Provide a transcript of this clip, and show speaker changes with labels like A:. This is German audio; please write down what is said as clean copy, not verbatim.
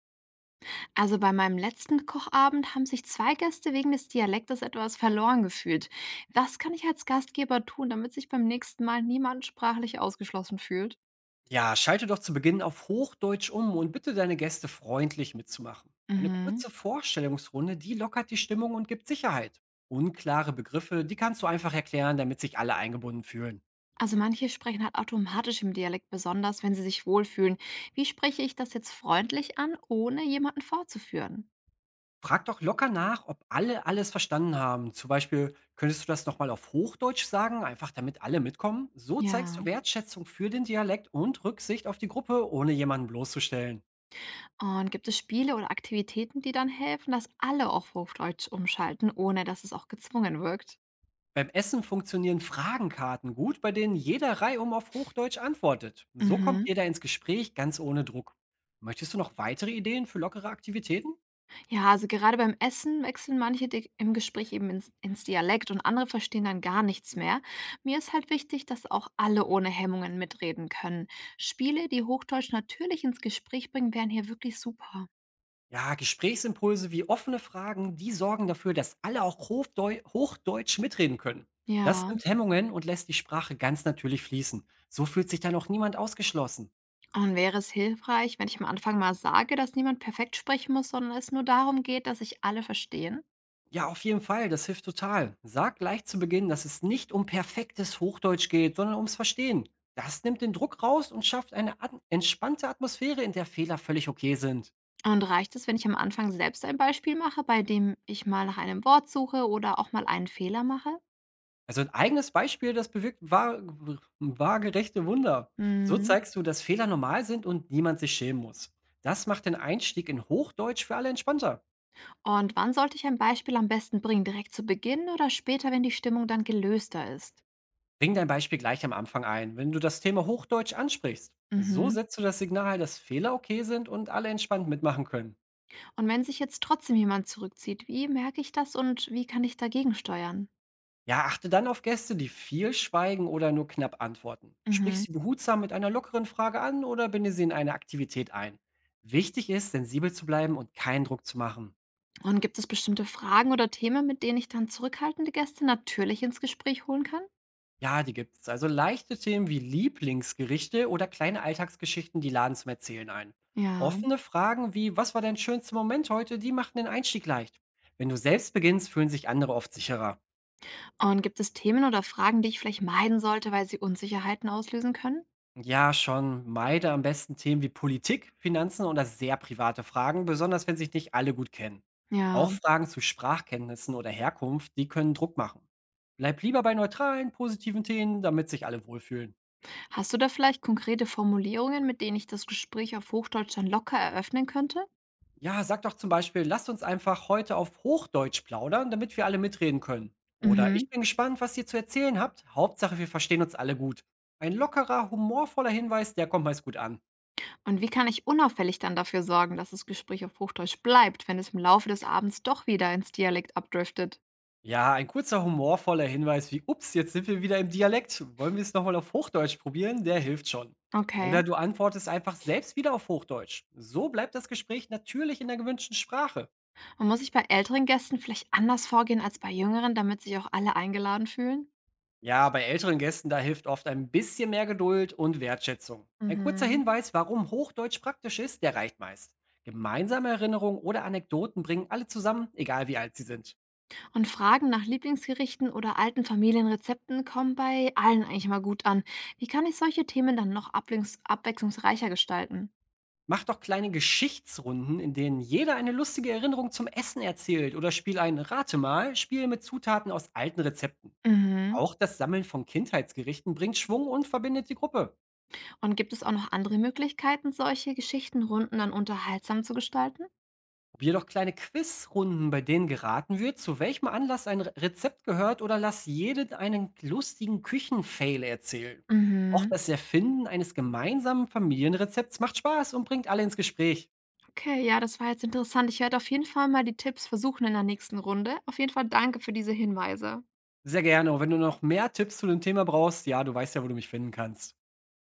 A: Also bei meinem letzten Kochabend haben sich zwei Gäste wegen des Dialektes etwas verloren gefühlt. Was kann ich als Gastgeber tun, damit sich beim nächsten Mal niemand sprachlich ausgeschlossen fühlt?
B: Ja, schalte doch zu Beginn auf Hochdeutsch um und bitte deine Gäste freundlich mitzumachen. Eine
A: Mhm.
B: kurze Vorstellungsrunde, die lockert die Stimmung und gibt Sicherheit. Unklare Begriffe, die kannst du einfach erklären, damit sich alle eingebunden fühlen.
A: Also manche sprechen halt automatisch im Dialekt, besonders wenn sie sich wohlfühlen. Wie spreche ich das jetzt freundlich an, ohne jemanden vorzuführen?
B: Frag doch locker nach, ob alle alles verstanden haben. Zum Beispiel, könntest du das nochmal auf Hochdeutsch sagen, einfach damit alle mitkommen? So zeigst du
A: Ja.
B: Wertschätzung für den Dialekt und Rücksicht auf die Gruppe, ohne jemanden bloßzustellen.
A: Und gibt es Spiele oder Aktivitäten, die dann helfen, dass alle auf Hochdeutsch umschalten, ohne dass es auch gezwungen wirkt?
B: Beim Essen funktionieren Fragenkarten gut, bei denen jeder reihum auf Hochdeutsch antwortet. So kommt
A: Mhm.
B: jeder ins Gespräch ganz ohne Druck. Möchtest du noch weitere Ideen für lockere Aktivitäten?
A: Ja, also gerade beim Essen wechseln manche im Gespräch eben ins Dialekt und andere verstehen dann gar nichts mehr. Mir ist halt wichtig, dass auch alle ohne Hemmungen mitreden können. Spiele, die Hochdeutsch natürlich ins Gespräch bringen, wären hier wirklich super.
B: Ja, Gesprächsimpulse wie offene Fragen, die sorgen dafür, dass alle auch Hofdeu Hochdeutsch mitreden können. Das
A: Ja,
B: nimmt Hemmungen und lässt die Sprache ganz natürlich fließen. So fühlt sich dann auch niemand ausgeschlossen.
A: und wäre es hilfreich, wenn ich am Anfang mal sage, dass niemand perfekt sprechen muss, sondern es nur darum geht, dass sich alle verstehen?
B: Ja, auf jeden Fall, das hilft total. Sag gleich zu Beginn, dass es nicht um perfektes Hochdeutsch geht, sondern ums Verstehen. Das nimmt den Druck raus und schafft eine at entspannte Atmosphäre, in der Fehler völlig okay sind.
A: Und reicht es, wenn ich am Anfang selbst ein Beispiel mache, bei dem ich mal nach einem Wort suche oder auch mal einen Fehler mache?
B: Also ein eigenes Beispiel, das bewirkt wa waagerechte Wunder. So
A: Hm.
B: zeigst du, dass Fehler normal sind und niemand sich schämen muss. Das macht den Einstieg in Hochdeutsch für alle entspannter.
A: Und wann sollte ich ein Beispiel am besten bringen? Direkt zu Beginn oder später, wenn die Stimmung dann gelöster ist?
B: Bring dein Beispiel gleich am Anfang ein, wenn du das Thema Hochdeutsch ansprichst. So
A: Mhm.
B: setzt du das Signal, dass Fehler okay sind und alle entspannt mitmachen können.
A: Und wenn sich jetzt trotzdem jemand zurückzieht, wie merke ich das und wie kann ich dagegen steuern?
B: Ja, achte dann auf Gäste, die viel schweigen oder nur knapp antworten. Sprich
A: Mhm.
B: sie behutsam mit einer lockeren Frage an oder binde sie in eine Aktivität ein. Wichtig ist, sensibel zu bleiben und keinen Druck zu machen.
A: Und gibt es bestimmte Fragen oder Themen, mit denen ich dann zurückhaltende Gäste natürlich ins Gespräch holen kann?
B: Ja, die gibt's. Also leichte Themen wie Lieblingsgerichte oder kleine Alltagsgeschichten, die laden zum Erzählen ein.
A: Ja.
B: Offene Fragen wie, was war dein schönster Moment heute, die machen den Einstieg leicht. Wenn du selbst beginnst, fühlen sich andere oft sicherer.
A: Und gibt es Themen oder Fragen, die ich vielleicht meiden sollte, weil sie Unsicherheiten auslösen können?
B: Ja, schon. Meide am besten Themen wie Politik, Finanzen oder sehr private Fragen, besonders wenn sich nicht alle gut kennen.
A: Ja.
B: Auch Fragen zu Sprachkenntnissen oder Herkunft, die können Druck machen. Bleib lieber bei neutralen, positiven Themen, damit sich alle wohlfühlen.
A: Hast du da vielleicht konkrete Formulierungen, mit denen ich das Gespräch auf Hochdeutsch dann locker eröffnen könnte?
B: Ja, sag doch zum Beispiel, lasst uns einfach heute auf Hochdeutsch plaudern, damit wir alle mitreden können. Oder
A: Mhm.
B: ich bin gespannt, was ihr zu erzählen habt. Hauptsache, wir verstehen uns alle gut. Ein lockerer, humorvoller Hinweis, der kommt meist gut an.
A: Und wie kann ich unauffällig dann dafür sorgen, dass das Gespräch auf Hochdeutsch bleibt, wenn es im Laufe des Abends doch wieder ins Dialekt abdriftet?
B: Ja, ein kurzer humorvoller Hinweis wie Ups, jetzt sind wir wieder im Dialekt. Wollen wir es nochmal auf Hochdeutsch probieren? Der hilft schon.
A: Okay.
B: Oder du antwortest einfach selbst wieder auf Hochdeutsch. So bleibt das Gespräch natürlich in der gewünschten Sprache.
A: Und muss ich bei älteren Gästen vielleicht anders vorgehen als bei jüngeren, damit sich auch alle eingeladen fühlen?
B: Ja, bei älteren Gästen, da hilft oft ein bisschen mehr Geduld und Wertschätzung. Ein kurzer
A: Mhm.
B: Hinweis, warum Hochdeutsch praktisch ist, der reicht meist. Gemeinsame Erinnerungen oder Anekdoten bringen alle zusammen, egal wie alt sie sind.
A: Und Fragen nach Lieblingsgerichten oder alten Familienrezepten kommen bei allen eigentlich mal gut an. Wie kann ich solche Themen dann noch abwechslungsreicher gestalten?
B: Mach doch kleine Geschichtsrunden, in denen jeder eine lustige Erinnerung zum Essen erzählt oder spiel ein Rate mal, Spiel mit Zutaten aus alten Rezepten.
A: Mhm.
B: Auch das Sammeln von Kindheitsgerichten bringt Schwung und verbindet die Gruppe.
A: Und gibt es auch noch andere Möglichkeiten, solche Geschichtenrunden dann unterhaltsam zu gestalten?
B: Probier doch kleine Quizrunden, bei denen geraten wird, zu welchem Anlass ein Rezept gehört oder lass jeden einen lustigen Küchenfail erzählen. Auch
A: Mhm.
B: das Erfinden eines gemeinsamen Familienrezepts macht Spaß und bringt alle ins Gespräch.
A: Okay, ja, das war jetzt interessant. Ich werde auf jeden Fall mal die Tipps versuchen in der nächsten Runde. Auf jeden Fall danke für diese Hinweise.
B: Sehr gerne. Und wenn du noch mehr Tipps zu dem Thema brauchst, ja, du weißt ja, wo du mich finden kannst.